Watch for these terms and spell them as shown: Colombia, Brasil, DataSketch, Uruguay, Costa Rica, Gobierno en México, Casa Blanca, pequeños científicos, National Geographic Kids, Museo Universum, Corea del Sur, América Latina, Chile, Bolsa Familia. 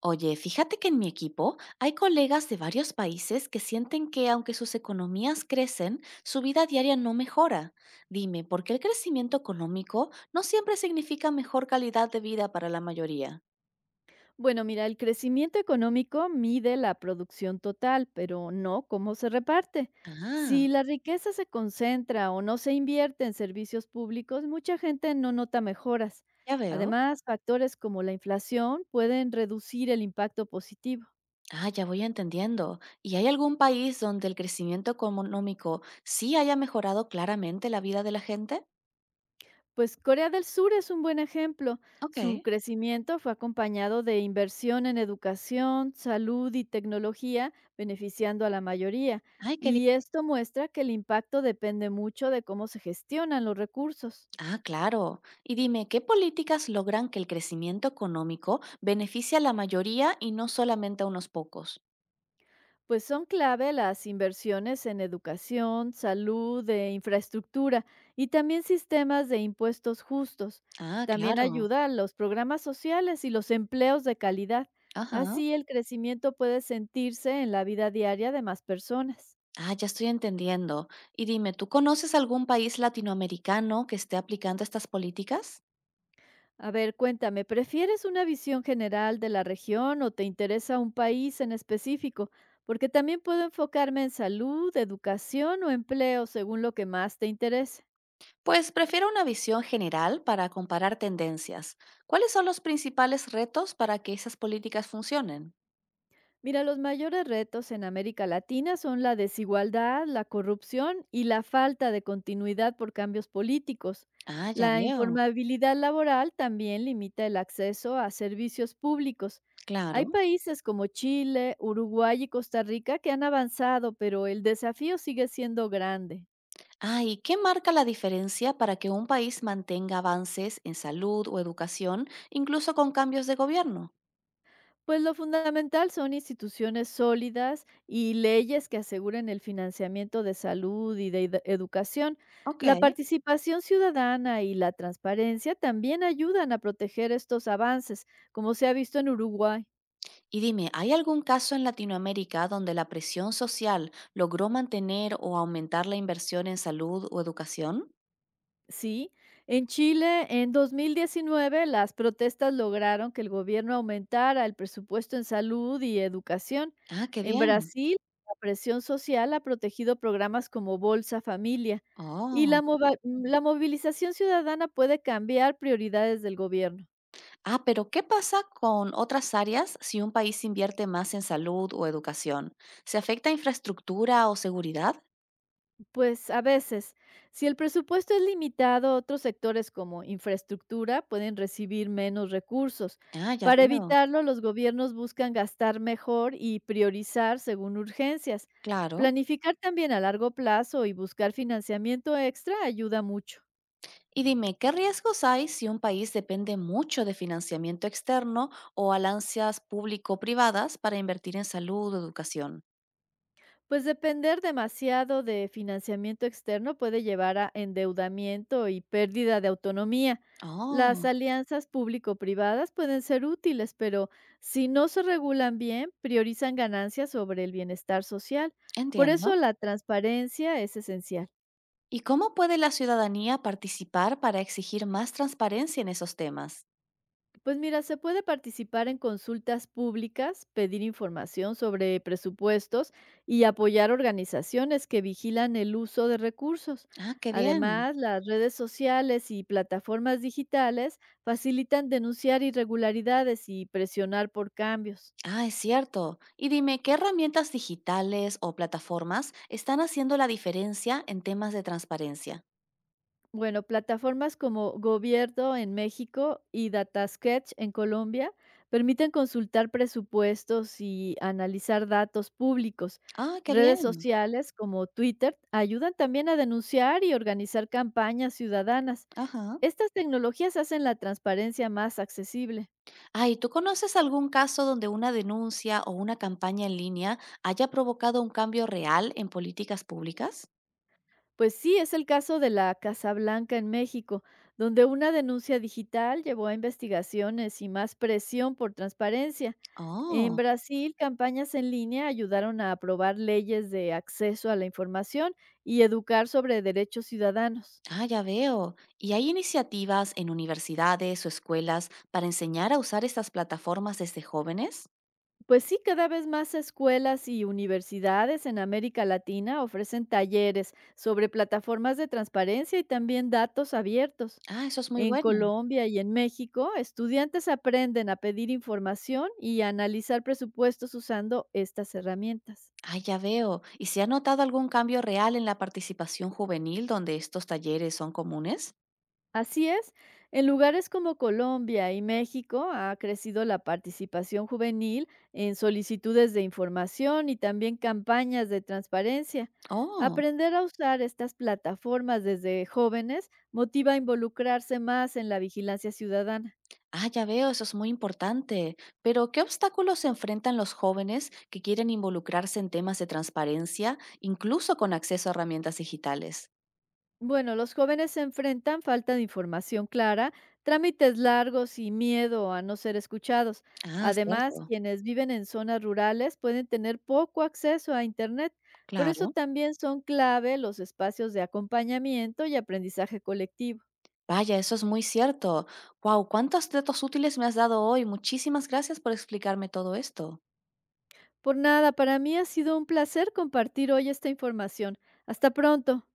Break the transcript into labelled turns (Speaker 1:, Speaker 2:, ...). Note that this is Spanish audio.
Speaker 1: Oye, fíjate que en mi equipo hay colegas de varios países que sienten que aunque sus economías crecen, su vida diaria no mejora. Dime, ¿por qué el crecimiento económico no siempre significa mejor calidad de vida para la mayoría?
Speaker 2: Bueno, mira, el crecimiento económico mide la producción total, pero no cómo se reparte.
Speaker 1: Ah,
Speaker 2: Si la riqueza se concentra o no se invierte en servicios públicos, mucha gente no nota mejoras.
Speaker 1: ya veo.
Speaker 2: Además, factores como la inflación pueden reducir el impacto positivo.
Speaker 1: Ah, ya voy entendiendo. ¿Y hay algún país donde el crecimiento económico sí haya mejorado claramente la vida de la gente?
Speaker 2: Pues Corea del Sur es un buen ejemplo. Su
Speaker 1: Ok.
Speaker 2: crecimiento fue acompañado de inversión en educación, salud y tecnología, beneficiando a la mayoría.
Speaker 1: Ay, qué
Speaker 2: Y
Speaker 1: bien.
Speaker 2: esto muestra que el impacto depende mucho de cómo se gestionan los recursos.
Speaker 1: Ah, claro. Y dime, ¿qué políticas logran que el crecimiento económico beneficie a la mayoría y no solamente a unos pocos?
Speaker 2: Pues son clave las inversiones en educación, salud e infraestructura y también sistemas de impuestos justos.
Speaker 1: Ah,
Speaker 2: También
Speaker 1: claro.
Speaker 2: ayuda a los programas sociales y los empleos de calidad.
Speaker 1: Ajá.
Speaker 2: Así el crecimiento puede sentirse en la vida diaria de más personas.
Speaker 1: Ah, ya estoy entendiendo. Y dime, ¿tú conoces algún país latinoamericano que esté aplicando estas políticas?
Speaker 2: A ver, cuéntame, ¿prefieres una visión general de la región o te interesa un país en específico? Porque también puedo enfocarme en salud, educación o empleo según lo que más te interese.
Speaker 1: Pues prefiero una visión general para comparar tendencias. ¿Cuáles son los principales retos para que esas políticas funcionen?
Speaker 2: Mira, los mayores retos en América Latina son la desigualdad, la corrupción y la falta de continuidad por cambios políticos.
Speaker 1: Ah, ya
Speaker 2: La
Speaker 1: veo.
Speaker 2: informabilidad laboral también limita el acceso a servicios públicos. Hay
Speaker 1: Claro.
Speaker 2: países como Chile, Uruguay y Costa Rica que han avanzado, pero el desafío sigue siendo grande.
Speaker 1: Ah, ¿y qué marca la diferencia para que un país mantenga avances en salud o educación, incluso con cambios de gobierno?
Speaker 2: Pues lo fundamental son instituciones sólidas y leyes que aseguren el financiamiento de salud y de educación.
Speaker 1: Ok.
Speaker 2: La participación ciudadana y la transparencia también ayudan a proteger estos avances, como se ha visto en Uruguay.
Speaker 1: Y dime, ¿hay algún caso en Latinoamérica donde la presión social logró mantener o aumentar la inversión en salud o educación?
Speaker 2: Sí, en Chile en 2019 las protestas lograron que el gobierno aumentara el presupuesto en salud y educación.
Speaker 1: Ah, qué
Speaker 2: En
Speaker 1: bien.
Speaker 2: Brasil, la presión social ha protegido programas como Bolsa Familia y
Speaker 1: Oh.
Speaker 2: la movilización ciudadana puede cambiar prioridades del gobierno.
Speaker 1: Ah, pero ¿qué pasa con otras áreas si un país invierte más en salud o educación? ¿Se afecta infraestructura o seguridad?
Speaker 2: Pues a veces, si el presupuesto es limitado, otros sectores como infraestructura pueden recibir menos recursos.
Speaker 1: Ah, ya
Speaker 2: Para
Speaker 1: veo.
Speaker 2: evitarlo, los gobiernos buscan gastar mejor y priorizar según urgencias.
Speaker 1: Claro.
Speaker 2: Planificar también a largo plazo y buscar financiamiento extra ayuda mucho.
Speaker 1: Y dime, ¿qué riesgos hay si un país depende mucho de financiamiento externo o alianzas público-privadas para invertir en salud o educación?
Speaker 2: Pues depender demasiado de financiamiento externo puede llevar a endeudamiento y pérdida de autonomía. Las
Speaker 1: Oh,
Speaker 2: alianzas público-privadas pueden ser útiles, pero si no se regulan bien, priorizan ganancias sobre el bienestar social. Por eso
Speaker 1: entiendo.
Speaker 2: la transparencia es esencial.
Speaker 1: ¿Y cómo puede la ciudadanía participar para exigir más transparencia en esos temas?
Speaker 2: Pues mira, se puede participar en consultas públicas, pedir información sobre presupuestos y apoyar organizaciones que vigilan el uso de recursos.
Speaker 1: Ah, qué bien.
Speaker 2: Además, las redes sociales y plataformas digitales facilitan denunciar irregularidades y presionar por cambios.
Speaker 1: Ah, es cierto. Y dime, ¿qué herramientas digitales o plataformas están haciendo la diferencia en temas de transparencia?
Speaker 2: Bueno, plataformas como Gobierno en México y DataSketch en Colombia permiten consultar presupuestos y analizar datos públicos.
Speaker 1: Ah, qué
Speaker 2: Redes
Speaker 1: bien.
Speaker 2: sociales como Twitter ayudan también a denunciar y organizar campañas ciudadanas.
Speaker 1: Ajá.
Speaker 2: Estas tecnologías hacen la transparencia más accesible.
Speaker 1: Ay, ¿tú conoces algún caso donde una denuncia o una campaña en línea haya provocado un cambio real en políticas públicas?
Speaker 2: Pues sí, es el caso de la Casa Blanca en México, donde una denuncia digital llevó a investigaciones y más presión por transparencia. En
Speaker 1: Oh,
Speaker 2: Brasil, campañas en línea ayudaron a aprobar leyes de acceso a la información y educar sobre derechos ciudadanos.
Speaker 1: ah, ya veo. ¿Y hay iniciativas en universidades o escuelas para enseñar a usar estas plataformas desde jóvenes?
Speaker 2: Pues sí, cada vez más escuelas y universidades en América Latina ofrecen talleres sobre plataformas de transparencia y también datos abiertos.
Speaker 1: Ah, eso es muy
Speaker 2: En
Speaker 1: bueno.
Speaker 2: Colombia y en México, estudiantes aprenden a pedir información y a analizar presupuestos usando estas herramientas.
Speaker 1: Ah, ya veo. ¿Y se ha notado algún cambio real en la participación juvenil donde estos talleres son comunes?
Speaker 2: Así es, en lugares como Colombia y México ha crecido la participación juvenil en solicitudes de información y también campañas de transparencia.
Speaker 1: Oh.
Speaker 2: Aprender a usar estas plataformas desde jóvenes motiva a involucrarse más en la vigilancia ciudadana.
Speaker 1: Ah, ya veo, eso es muy importante. Pero, ¿qué obstáculos se enfrentan los jóvenes que quieren involucrarse en temas de transparencia, incluso con acceso a herramientas digitales?
Speaker 2: Bueno, los jóvenes se enfrentan falta de información clara, trámites largos y miedo a no ser escuchados.
Speaker 1: Ah,
Speaker 2: Además,
Speaker 1: cierto,
Speaker 2: quienes viven en zonas rurales pueden tener poco acceso a Internet. Por eso
Speaker 1: claro.
Speaker 2: también son clave los espacios de acompañamiento y aprendizaje colectivo.
Speaker 1: Vaya, eso es muy cierto. Wow, cuántos datos útiles me has dado hoy. Muchísimas gracias por explicarme todo esto.
Speaker 2: Por nada, para mí ha sido un placer compartir hoy esta información. Hasta pronto.